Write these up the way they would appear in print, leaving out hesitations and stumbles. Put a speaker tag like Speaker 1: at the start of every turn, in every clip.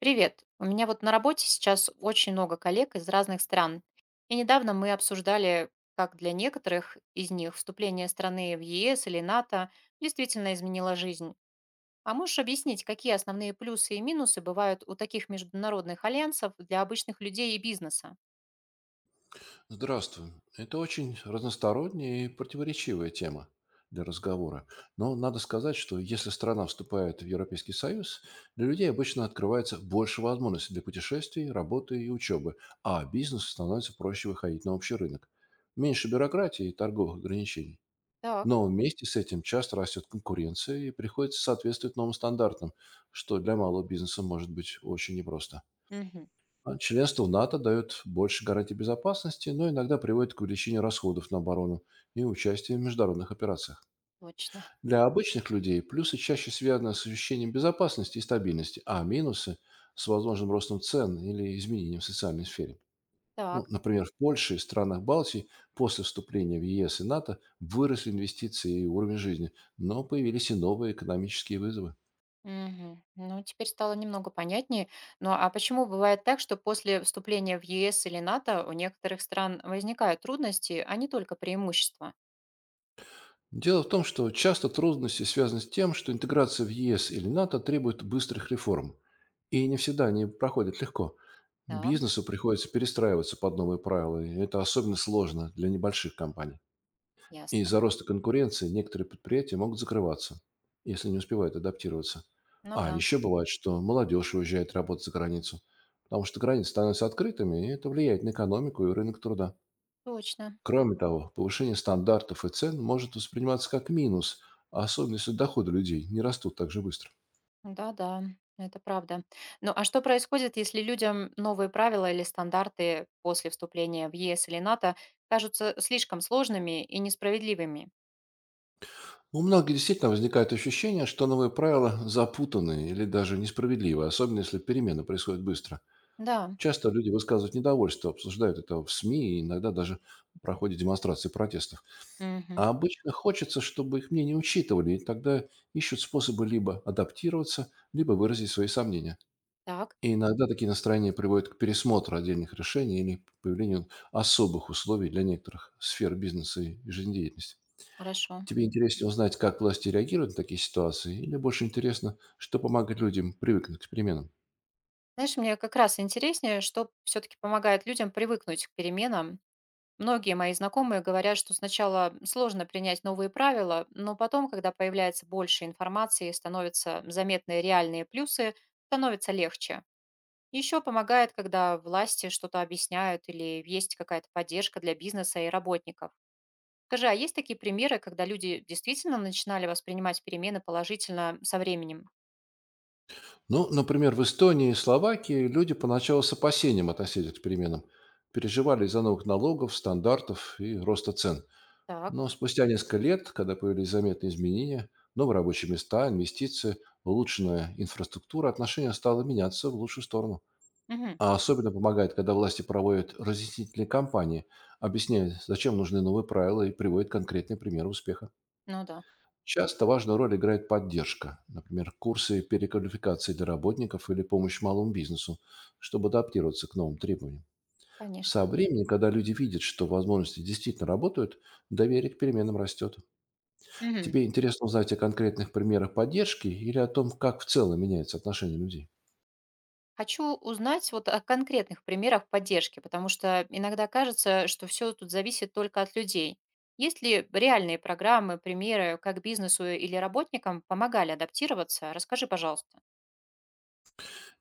Speaker 1: Привет. У меня вот на работе сейчас очень много коллег из разных стран. И недавно мы обсуждали, как для некоторых из них вступление страны в ЕС или НАТО действительно изменило жизнь. А можешь объяснить, какие основные плюсы и минусы бывают у таких международных альянсов для обычных людей и бизнеса?
Speaker 2: Здравствуй. Это очень разносторонняя и противоречивая тема для разговора. Но надо сказать, что если страна вступает в Европейский Союз, для людей обычно открывается больше возможностей для путешествий, работы и учебы, а бизнесу становится проще выходить на общий рынок. Меньше бюрократии и торговых ограничений.
Speaker 1: Так.
Speaker 2: Но вместе с этим часто растет конкуренция и приходится соответствовать новым стандартам, что для малого бизнеса может быть очень непросто.
Speaker 1: Мгм.
Speaker 2: А членство в НАТО дает больше гарантий безопасности, но иногда приводит к увеличению расходов на оборону и участие в международных операциях.
Speaker 1: Точно.
Speaker 2: Для обычных людей плюсы чаще связаны с ощущением безопасности и стабильности, а минусы — с возможным ростом цен или изменением в социальной сфере.
Speaker 1: Так.
Speaker 2: Ну, например, в Польше и странах Балтии после вступления в ЕС и НАТО выросли инвестиции и уровень жизни, но появились и новые экономические вызовы.
Speaker 1: Мгм. Ну, теперь стало немного понятнее. Ну, а почему бывает так, что после вступления в ЕС или НАТО у некоторых стран возникают трудности, а не только преимущества?
Speaker 2: Дело в том, что часто трудности связаны с тем, что интеграция в ЕС или НАТО требует быстрых реформ. И не всегда они проходят легко.
Speaker 1: Да,
Speaker 2: Бизнесу приходится перестраиваться под новые правила, и это особенно сложно для небольших компаний. И
Speaker 1: ясно.
Speaker 2: из-за роста конкуренции некоторые предприятия могут закрываться, если не успевают адаптироваться.
Speaker 1: Ну
Speaker 2: А
Speaker 1: да,
Speaker 2: еще бывает, что молодежь уезжает работать за границу, потому что границы становятся открытыми, и это влияет на экономику и рынок труда.
Speaker 1: точно.
Speaker 2: Кроме того, повышение стандартов и цен может восприниматься как минус, особенно если доходы людей не растут так же быстро.
Speaker 1: Да-да, это правда. Ну, а что происходит, если людям новые правила или стандарты после вступления в ЕС или НАТО кажутся слишком сложными и несправедливыми?
Speaker 2: У многих действительно возникает ощущение, что новые правила запутаны или даже несправедливы, особенно если перемены происходят быстро.
Speaker 1: Да.
Speaker 2: Часто люди высказывают недовольство, обсуждают это в СМИ и иногда даже проходят демонстрации протестов.
Speaker 1: Мгм.
Speaker 2: А обычно хочется, чтобы их мнение учитывали, и тогда ищут способы либо адаптироваться, либо выразить свои сомнения.
Speaker 1: Так,
Speaker 2: И иногда такие настроения приводят к пересмотру отдельных решений или к появлению особых условий для некоторых сфер бизнеса и жизнедеятельности.
Speaker 1: хорошо.
Speaker 2: Тебе интереснее узнать, как власти реагируют на такие ситуации, или больше интересно, что помогает людям привыкнуть к переменам?
Speaker 1: Знаешь, мне как раз интереснее, что все-таки помогает людям привыкнуть к переменам. Многие мои знакомые говорят, что сначала сложно принять новые правила, но потом, когда появляется больше информации, становятся заметные реальные плюсы, становится легче. Еще помогает, когда власти что-то объясняют или есть какая-то поддержка для бизнеса и работников. Скажи, а есть такие примеры, когда люди действительно начинали воспринимать перемены положительно со временем?
Speaker 2: Ну, например, в Эстонии и Словакии люди поначалу с опасением относились к переменам, переживали из-за новых налогов, стандартов и роста цен.
Speaker 1: Так.
Speaker 2: Но спустя несколько лет, когда появились заметные изменения, новые рабочие места, инвестиции, улучшенная инфраструктура, отношение стало меняться в лучшую сторону.
Speaker 1: Мгм.
Speaker 2: А особенно помогает, когда власти проводят разъяснительные кампании, объясняют, зачем нужны новые правила и приводят конкретные примеры успеха.
Speaker 1: Ну да,
Speaker 2: Часто важную роль играет поддержка, например, курсы переквалификации для работников или помощь малому бизнесу, чтобы адаптироваться к новым требованиям.
Speaker 1: конечно.
Speaker 2: Со временем, когда люди видят, что возможности действительно работают, доверие к переменам растет.
Speaker 1: Мгм.
Speaker 2: Тебе интересно узнать о конкретных примерах поддержки или о том, как в целом меняется отношение людей?
Speaker 1: Хочу узнать вот о конкретных примерах поддержки, потому что иногда кажется, что все тут зависит только от людей. Есть ли реальные программы, примеры, как бизнесу или работникам помогали адаптироваться? Расскажи, пожалуйста.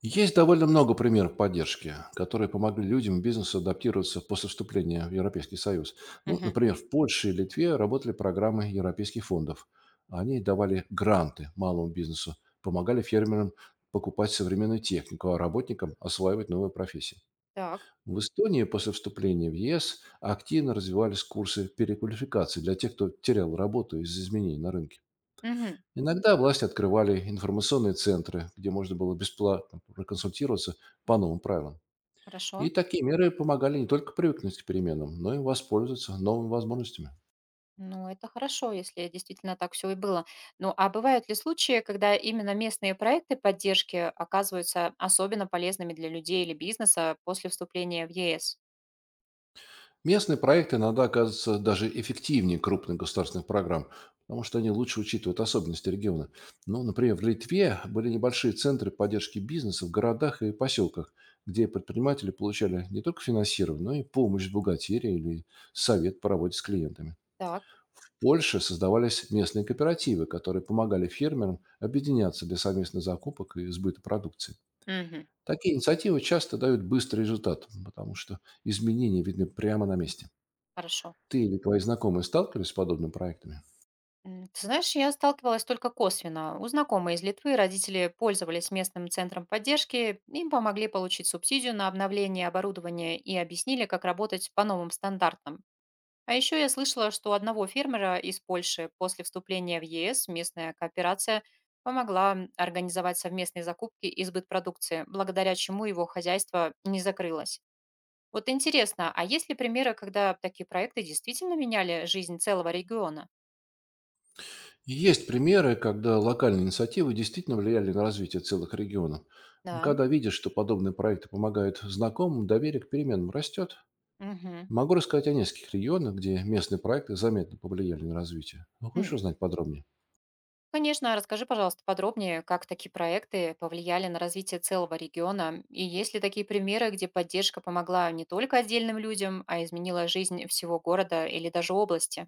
Speaker 2: Есть довольно много примеров поддержки, которые помогли людям и бизнесу адаптироваться после вступления в Европейский Союз. Ну,
Speaker 1: Мгм.
Speaker 2: например, в Польше и Литве работали программы европейских фондов. Они давали гранты малому бизнесу, помогали фермерам покупать современную технику, а работникам осваивать новые профессии.
Speaker 1: Так.
Speaker 2: В Эстонии после вступления в ЕС активно развивались курсы переквалификации для тех, кто терял работу из-за изменений на рынке.
Speaker 1: Мгм.
Speaker 2: Иногда власти открывали информационные центры, где можно было бесплатно проконсультироваться по новым правилам.
Speaker 1: Хорошо.
Speaker 2: И такие меры помогали не только привыкнуть к переменам, но и воспользоваться новыми возможностями.
Speaker 1: Ну, это хорошо, если действительно так все и было. Ну, а бывают ли случаи, когда именно местные проекты поддержки оказываются особенно полезными для людей или бизнеса после вступления в ЕС?
Speaker 2: Местные проекты иногда оказываются даже эффективнее крупных государственных программ, потому что они лучше учитывают особенности региона. Ну, например, в Литве были небольшие центры поддержки бизнеса в городах и поселках, где предприниматели получали не только финансирование, но и помощь в бухгалтерии или совет по работе с клиентами.
Speaker 1: Так.
Speaker 2: В Польше создавались местные кооперативы, которые помогали фермерам объединяться для совместных закупок и сбыта продукции.
Speaker 1: Мгм.
Speaker 2: Такие инициативы часто дают быстрый результат, потому что изменения видны прямо на месте.
Speaker 1: Хорошо.
Speaker 2: Ты или твои знакомые сталкивались с подобными проектами?
Speaker 1: Ты знаешь, я сталкивалась только косвенно. У знакомой из Литвы родители пользовались местным центром поддержки, им помогли получить субсидию на обновление оборудования и объяснили, как работать по новым стандартам. А еще я слышала, что у одного фермера из Польши после вступления в ЕС местная кооперация помогла организовать совместные закупки и сбыт продукции, благодаря чему его хозяйство не закрылось. Вот интересно, а есть ли примеры, когда такие проекты действительно меняли жизнь целого региона?
Speaker 2: Есть примеры, когда локальные инициативы действительно влияли на развитие целых регионов.
Speaker 1: Да.
Speaker 2: Когда видишь, что подобные проекты помогают знакомым, доверие к переменам растет.
Speaker 1: Мгм.
Speaker 2: Могу рассказать о нескольких регионах, где местные проекты заметно повлияли на развитие. Ну, хочешь
Speaker 1: М,
Speaker 2: узнать подробнее?
Speaker 1: Конечно, расскажи, пожалуйста, подробнее, как такие проекты повлияли на развитие целого региона, и есть ли такие примеры, где поддержка помогла не только отдельным людям, а изменила жизнь всего города или даже области?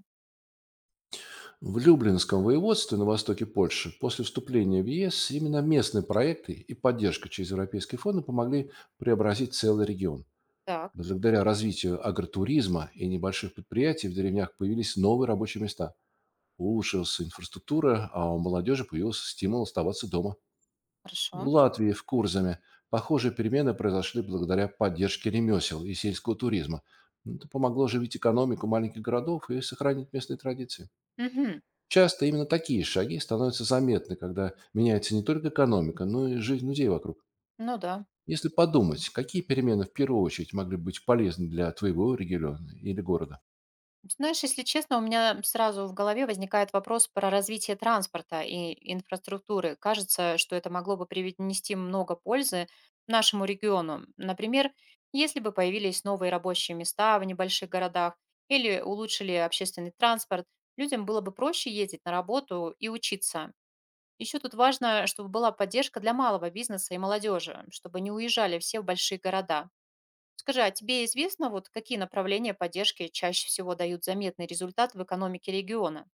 Speaker 2: В Люблинском воеводстве на востоке Польши после вступления в ЕС именно местные проекты и поддержка через европейские фонды помогли преобразить целый регион.
Speaker 1: Так,
Speaker 2: Благодаря развитию агротуризма и небольших предприятий в деревнях появились новые рабочие места. Улучшилась инфраструктура, а у молодежи появился стимул оставаться дома. В
Speaker 1: хорошо.
Speaker 2: Латвии, в Курзаме, похожие перемены произошли благодаря поддержке ремесел и сельского туризма. Это помогло оживить экономику маленьких городов и сохранить местные традиции.
Speaker 1: Мгм.
Speaker 2: Часто именно такие шаги становятся заметны, когда меняется не только экономика, но и жизнь людей вокруг.
Speaker 1: Ну да.
Speaker 2: Если подумать, какие перемены в первую очередь могли быть полезны для твоего региона или города?
Speaker 1: Знаешь, если честно, у меня сразу в голове возникает вопрос про развитие транспорта и инфраструктуры. Кажется, что это могло бы принести много пользы нашему региону. Например, если бы появились новые рабочие места в небольших городах или улучшили общественный транспорт, людям было бы проще ездить на работу и учиться. Еще тут важно, чтобы была поддержка для малого бизнеса и молодежи, чтобы не уезжали все в большие города. Скажи, а тебе известно, вот какие направления поддержки чаще всего дают заметный результат в экономике региона?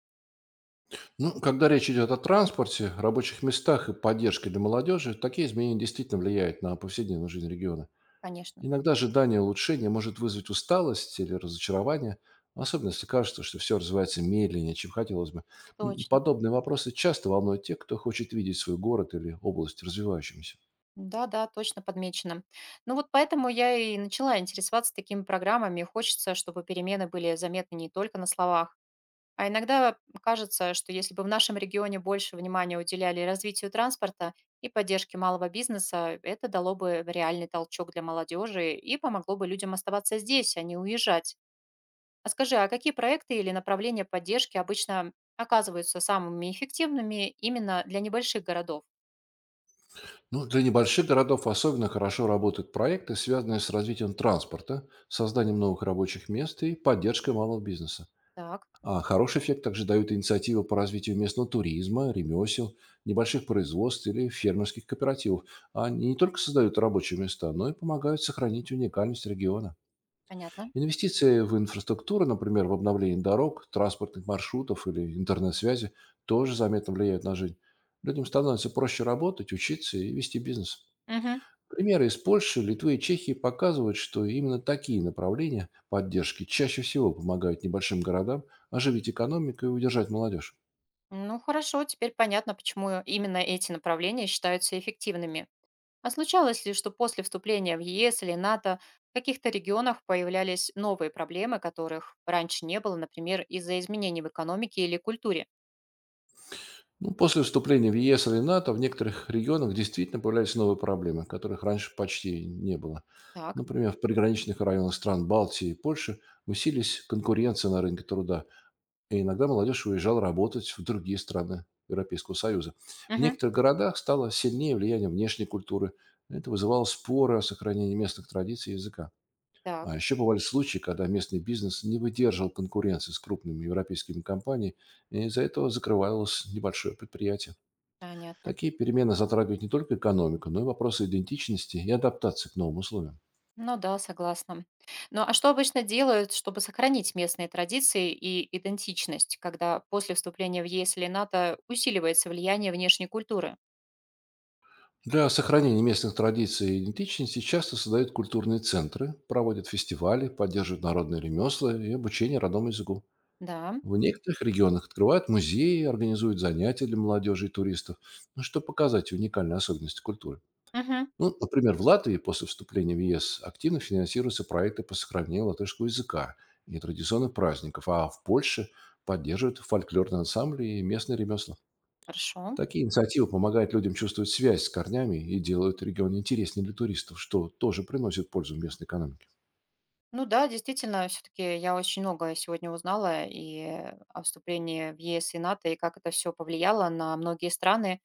Speaker 2: Ну, когда речь идет о транспорте, рабочих местах и поддержке для молодежи, такие изменения действительно влияют на повседневную жизнь региона.
Speaker 1: Конечно,
Speaker 2: Иногда ожидание улучшения может вызвать усталость или разочарование, особенно если кажется, что все развивается медленнее, чем хотелось бы.
Speaker 1: точно.
Speaker 2: Подобные вопросы часто волнуют тех, кто хочет видеть свой город или область развивающимся.
Speaker 1: Да-да, точно подмечено. Ну вот поэтому я и начала интересоваться такими программами. Хочется, чтобы перемены были заметны не только на словах. А иногда кажется, что если бы в нашем регионе больше внимания уделяли развитию транспорта и поддержке малого бизнеса, это дало бы реальный толчок для молодежи и помогло бы людям оставаться здесь, а не уезжать. А скажи, а какие проекты или направления поддержки обычно оказываются самыми эффективными именно для небольших городов?
Speaker 2: Ну, для небольших городов особенно хорошо работают проекты, связанные с развитием транспорта, созданием новых рабочих мест и поддержкой малого бизнеса.
Speaker 1: Так,
Speaker 2: А хороший эффект также дают инициативы по развитию местного туризма, ремесел, небольших производств или фермерских кооперативов. Они не только создают рабочие места, но и помогают сохранить уникальность региона.
Speaker 1: понятно.
Speaker 2: Инвестиции в инфраструктуру, например, в обновление дорог, транспортных маршрутов или интернет-связи, тоже заметно влияют на жизнь. Людям становится проще работать, учиться и вести бизнес.
Speaker 1: Мгм.
Speaker 2: Примеры из Польши, Литвы и Чехии показывают, что именно такие направления поддержки чаще всего помогают небольшим городам оживить экономику и удержать молодежь.
Speaker 1: Ну хорошо, теперь понятно, почему именно эти направления считаются эффективными. А случалось ли, что после вступления в ЕС или НАТО в каких-то регионах появлялись новые проблемы, которых раньше не было, например, из-за изменений в экономике или культуре?
Speaker 2: Ну, после вступления в ЕС или НАТО в некоторых регионах действительно появлялись новые проблемы, которых раньше почти не было.
Speaker 1: Так.
Speaker 2: Например, в приграничных районах стран Балтии и Польши усилились конкуренция на рынке труда, и иногда молодежь уезжала работать в другие страны Европейского Союза. В
Speaker 1: Мгм.
Speaker 2: некоторых городах стало сильнее влияние внешней культуры. Это вызывало споры о сохранении местных традиций и языка.
Speaker 1: Так,
Speaker 2: А еще бывали случаи, когда местный бизнес не выдерживал конкуренции с крупными европейскими компаниями, и из-за этого закрывалось небольшое предприятие.
Speaker 1: понятно.
Speaker 2: Такие перемены затрагивают не только экономику, но и вопросы идентичности и адаптации к новым условиям.
Speaker 1: Ну да, согласна. Ну а что обычно делают, чтобы сохранить местные традиции и идентичность, когда после вступления в ЕС или НАТО усиливается влияние внешней культуры?
Speaker 2: Для сохранения местных традиций и идентичности часто создают культурные центры, проводят фестивали, поддерживают народные ремесла и обучение родному языку.
Speaker 1: Да,
Speaker 2: В некоторых регионах открывают музеи, организуют занятия для молодежи и туристов, ну, чтобы показать уникальные особенности культуры.
Speaker 1: мгм.
Speaker 2: Ну, например, в Латвии после вступления в ЕС активно финансируются проекты по сохранению латышского языка и традиционных праздников, а в Польше поддерживают фольклорные ансамбли и местные ремесла.
Speaker 1: Хорошо.
Speaker 2: Такие инициативы помогают людям чувствовать связь с корнями и делают регион интереснее для туристов, что тоже приносит пользу местной экономике.
Speaker 1: Ну да, действительно, все-таки я очень многое сегодня узнала и о вступлении в ЕС и НАТО, и как это все повлияло на многие страны,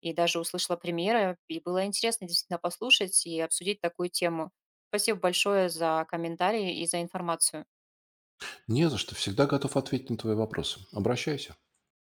Speaker 1: и даже услышала примеры, и было интересно действительно послушать и обсудить такую тему. Спасибо большое за комментарии и за информацию.
Speaker 2: Не за что. Всегда готов ответить на твои вопросы. Обращайся.